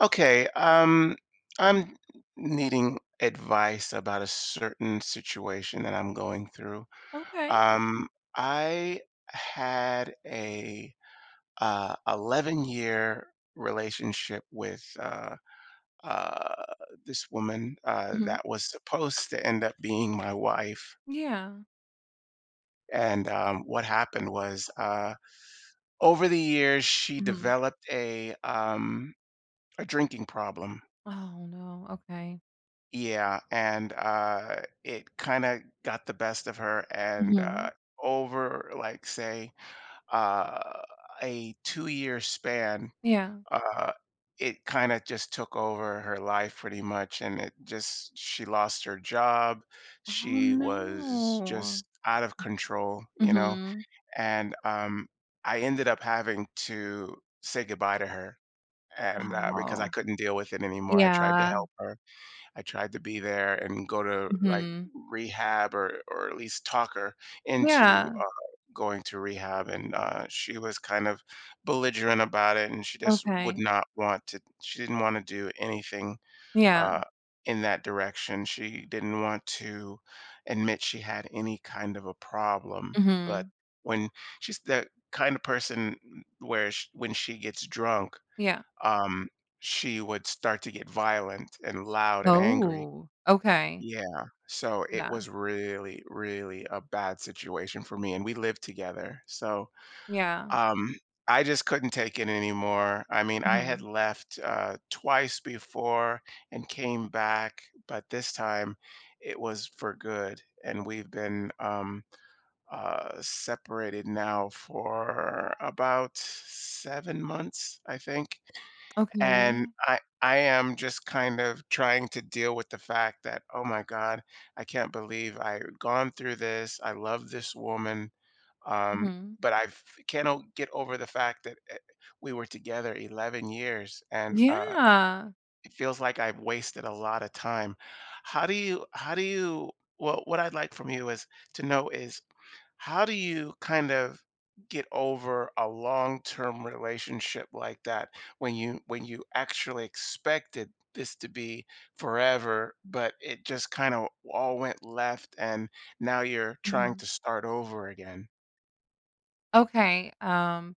Okay, um, Mhm. I'm needing advice about a certain situation that I'm going through. Okay. Um, I had a 11-year relationship with uh, this woman Mhm. that was supposed to end up being my wife. Yeah. And what happened was, Over the years, she Mhm. developed a drinking problem. Oh, no. Okay. Yeah, it kinda got the best of her, Mhm. over, like, say, uh, a two-year span, Yeah. uh, it kinda just took over her life pretty much, and it just she Lost her job, Oh, she was no. just out of control, Mhm. and I ended up having to say goodbye to her, because I Wow. couldn't deal with it anymore, I tried to Yeah. help her. I tried to be there and go to like Mhm. rehab, or at least talk her into Yeah. Going to rehab, and she was kind of belligerent about it, and she just would Okay. not want to. She didn't want to do anything Yeah. uh, in that direction. She didn't want to admit she had any kind of a problem, but Mhm. when she's the kind of person where sh when she gets drunk, Yeah. um, she would start to get violent and loud and angry. Oh, okay. Yeah, so it Yeah. was really, really a bad situation for me, and we lived together. So, Yeah. um, I just couldn't take it anymore. I mean, I had Mhm. left twice before and came back, but this time it was for good. And we've been separated now for about 7 months, I think. Okay. And I am just kind of trying to deal with the fact that, oh my God, I can't believe I've gone through this. I love this woman. Um, Mhm. but I cannot get over the fact that we were together 11 years and Yeah. it feels like I've wasted a lot of time. How do you, well, What I'd like from you is to know is how do you kind of get over a long-term relationship like that when you actually expected this to be forever, but it just kind of all went left and now you're trying Mhm. to start over again? Okay.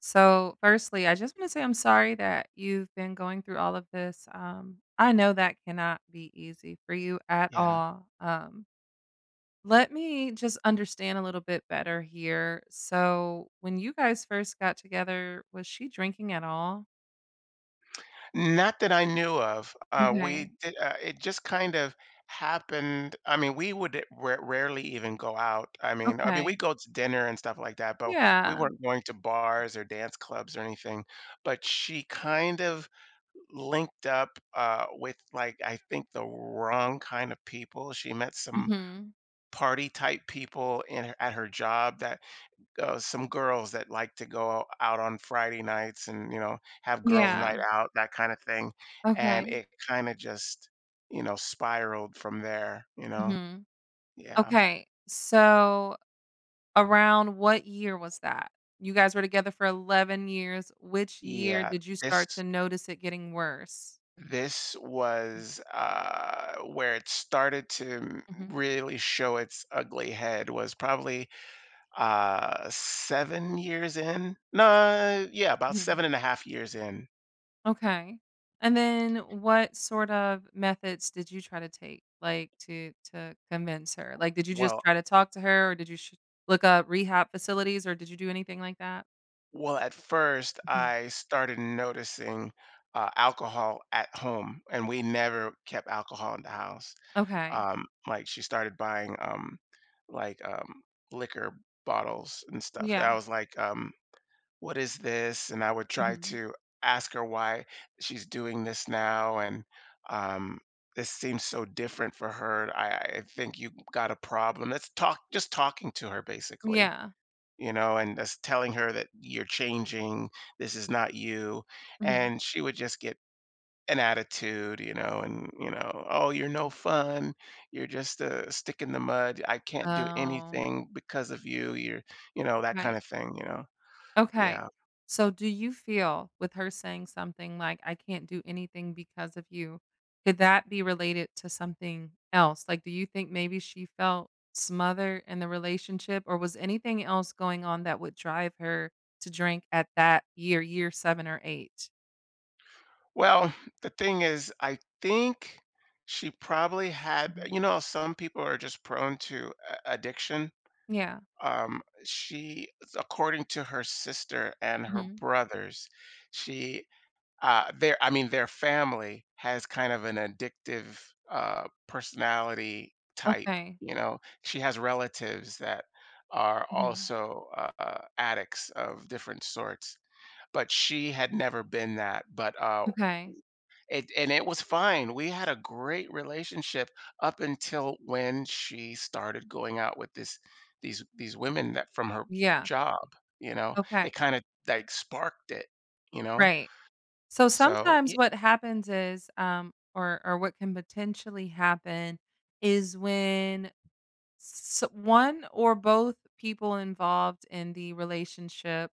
So firstly, I just want to say I'm sorry that you've been going through all of this. I know that cannot be easy for you at Yeah. all. Let me just understand a little bit better here. So when you guys first got together, was she drinking at all? Not that I knew of. We Okay. did, it just kind of happened. I mean, we would rarely even go out. I mean, Okay. we go to dinner and stuff like that, but we Yeah. weren't going to bars or dance clubs or anything. But she kind of linked up with like I think the wrong kind of people. She met some Hmm. party type people in at her job that some girls that like to go out on Friday nights and, you know, have girls' Yeah. night out, that kind of thing. And Okay. it kind of just, you know, spiraled from there, you know? Hmm. Yeah. Okay. So around what year was that? You guys were together for 11 years. Which year Yeah. did you start This to notice it getting worse? this was where it started to Mhm, really show its ugly head was probably 7 years in. No, yeah, about mhm. seven and a half years in. Okay. And then what sort of methods did you try to take, like, to convince her? Like, did you just Well, try to talk to her, or did you sh look up rehab facilities, or did you do anything like that? Well, at first, Mhm. I started noticing alcohol at home, and we never kept alcohol in the house. Okay. Like she started buying like liquor bottles and stuff. Yeah. I was like, "What is this?" And I would try Mhm. to ask her why she's doing this now, and um, this seems so different for her. I think you got a problem. Just talking to her, basically, Yeah. you know, and that's telling her that you're changing, this is not you. Mhm. And she would just get an attitude, you know, and, you know, oh, you're no fun. You're just a stick in the mud. I can't do Oh, anything because of you. You know, that kind okay. of thing, you know. Okay. Yeah. So do you feel with her saying something like, "I can't do anything because of you," could that be related to something else? Like, do you think maybe she felt smothered in the relationship or was anything else going on that would drive her to drink at that year, year 7 or 8? Well, the thing is, I think she probably had, Mhm. you know, some people are just prone to addiction. Yeah. Um, she, according to her sister and her Mhm. brothers, she their I mean their family has kind of an addictive personality type. Okay. You know, she has relatives that are Mhm. also addicts of different sorts, but she had never been that. But Okay. it and it was fine. We had a great relationship up until when she started going out with this these women that from her Yeah. job, you know? They Okay. kinda, like, sparked it, you know? Right. So So, sometimes ye what happens is, or what can potentially happen is when one or both people involved in the relationship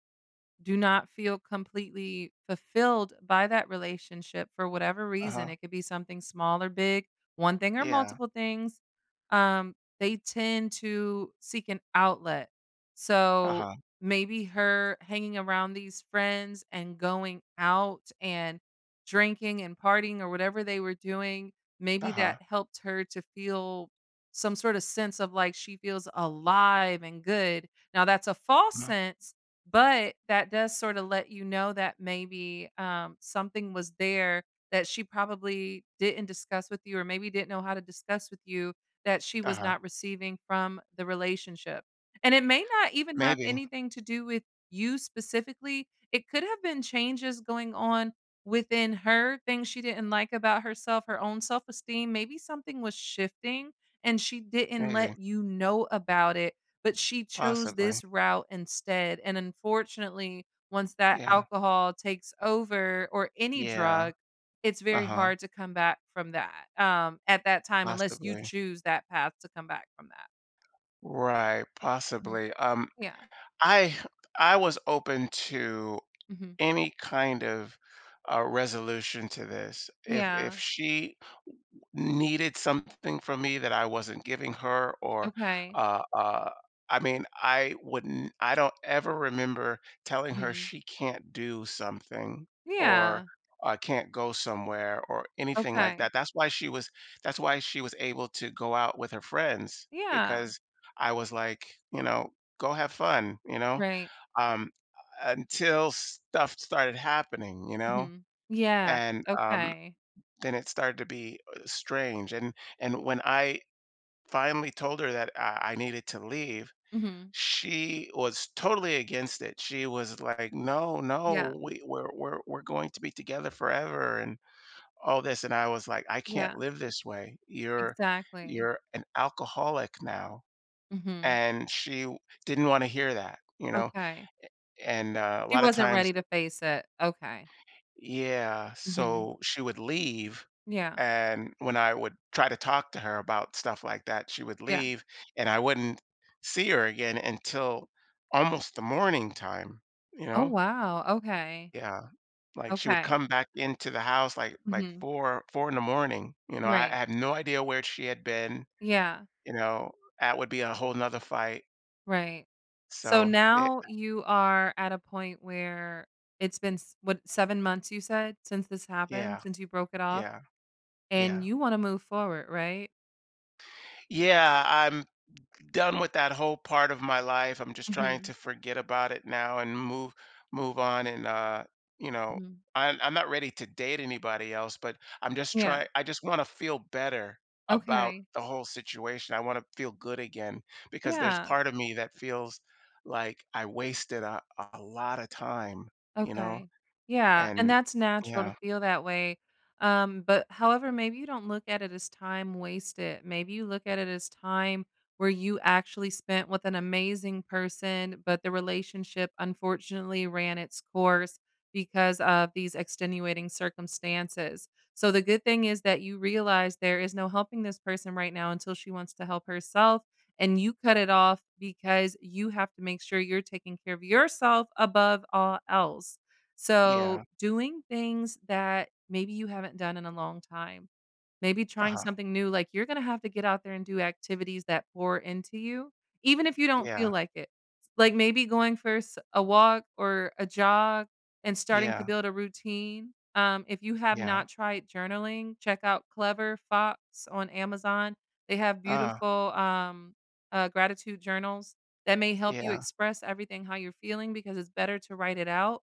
do not feel completely fulfilled by that relationship for whatever reason. Uh-huh. It could be something small or big, one thing or Yeah. multiple things. Um, they tend to seek an outlet. So Uh-huh. maybe her hanging around these friends and going out and drinking and partying or whatever they were doing, maybe Uh-huh. that helped her to feel some sort of sense of like she feels alive and good. Now that's a false Mhm. sense, but that does sort of let you know that maybe, something was there that she probably didn't discuss with you or maybe didn't know how to discuss with you, that she was Uh-huh. not receiving from the relationship. And it may not even have Maybe, anything to do with you specifically. It could have been changes going on within her, things she didn't like about herself, her own self-esteem. Maybe something was shifting and she didn't maybe, let you know about it, but she chose possibly. this route instead, and unfortunately, once that Yeah. alcohol takes over or any Yeah. drug, it's very Uh-huh. hard to come back from that, at that time unless you Possibly. choose that path to come back from that. Right, Mhm. possibly. Yeah. I I was open to Mhm. any kind of resolution to this. If Yeah. she needed something from me that I wasn't giving her, or Okay. uh, uh, I mean, I wouldn't. I don't ever remember telling her Mhm. she can't do something or Yeah. Can't go somewhere or anything like Okay. that. That's why she was. That's why she was able to go out with her friends Yeah. because I was like, you know, go have fun, you know, Right. um, until stuff started happening, you know, Mhm. Yeah. and Okay. then it started to be strange. And when I finally told her that I needed to leave, Mhm. she was totally against it. She was like, "No, Yeah. no, we, we're going to be together forever," and all this. And I was like, "I can't Yeah. live this way. You're Exactly. you're an alcoholic now." Mhm. And didn't want to hear that, you know. Okay. And a She lot of wasn't times, ready to face it. Okay. yeah, Mhm. so she would leave, Yeah, and when I would try to talk to her about stuff like that, she would yeah. leave, and I wouldn't see her again until almost the morning time, you Oh, know? wow, okay, Yeah, like, she would okay. come back into the house, like, Mhm, 4 4 in the morning, you know? I right. have no idea where she had been, Yeah, you know? That would be a whole 'nother fight, right. So so, it now you are at a point where it's been s what, 7 months you said since this happened, Yeah, since you broke it off, yeah, and yeah. you wanna move forward, right? Yeah, I'm done with that whole part of my life. I'm just trying Mhm, to forget about it now and move on and you know, mhm. I'm not ready to date anybody else, but Yeah, I just want to feel better about okay. the whole situation. I want to feel good again because there's Yeah. part of me that feels like I wasted a lot of time, you know? Okay. Yeah, and And that's natural to yeah, feel that way. But however, maybe you don't look at it as time wasted. Maybe you look at it as time where you actually spent with an amazing person, but the relationship unfortunately ran its course because of these extenuating circumstances. So the good thing is that you realize there is no helping this person right now until she wants to help herself, and you cut it off because you have to make sure you're taking care of yourself above all else. yeah. So, doing things that maybe you haven't done in a long time. Maybe trying Uh-huh. something new, like, you're gonna have to get out there and do activities that pour into you, even if you don't feel Yeah. like it. Like, maybe going for s a walk or a jog, and starting to Yeah. build a routine. If you have Yeah. not tried journaling, check out Clever Fox on Amazon. They have Ah, beautiful, gratitude journals that may help you yeah. express everything how you're feeling, because it's better to write it out.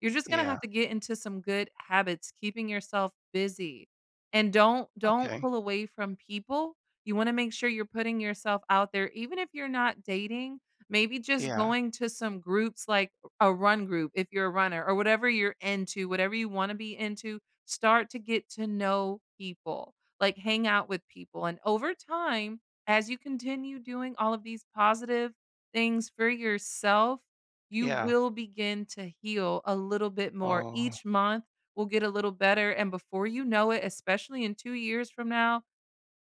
You're just gonna Yeah. have to get into some good habits, keeping yourself busy. And don't Okay. pull away from people. You wanna make sure you're putting yourself out there, even if you're not dating, maybe just Yeah. going to some groups, like a run group if you're a runner, or whatever you're into, whatever you wanna be into, start to get to know people, like, hang out with people, and over time, as you continue doing all of these positive things for yourself, you Yeah. will begin to heal a little bit more. Oh. Each month will get a little better, and before you know it, especially in 2 years from now,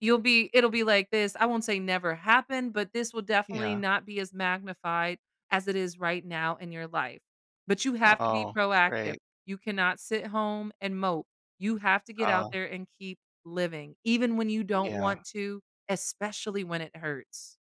you'll be it'll be like this. I won't say never happened, but this will definitely Yeah. not be as magnified as it is right now in your life. But you have to be Oh, proactive. great. You cannot sit home and mope. You have to get Uh, out there and keep living, even when you don't yeah. want to, especially when it hurts.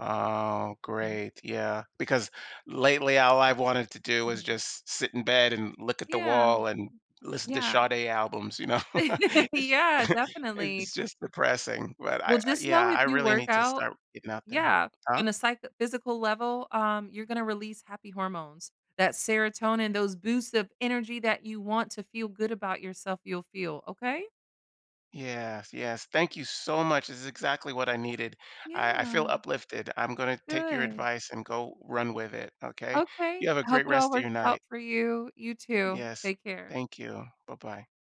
Oh, Mhm, great. Yeah. Because lately, all I've wanted to do is mhm. just sit in bed and look at the Yeah, wall and listen to yeah. Sade albums, you know? It's, Yeah, definitely. it's just depressing. But Well, just know yeah, if I you really work need to out. start getting out there. Yeah, Huh? on a psych physical level, you're gonna release happy hormones. That serotonin, those boosts of energy that you want to feel good about yourself, you'll feel, okay? Yes, yes. Thank you so much. This is exactly what I needed. Yeah, I feel uplifted. I'm going to take your good. advice and go run with it. Okay. You Okay, have a I hope great it all rest of your works night. out for you. You too. Yes. Take care. Thank you. Bye-bye.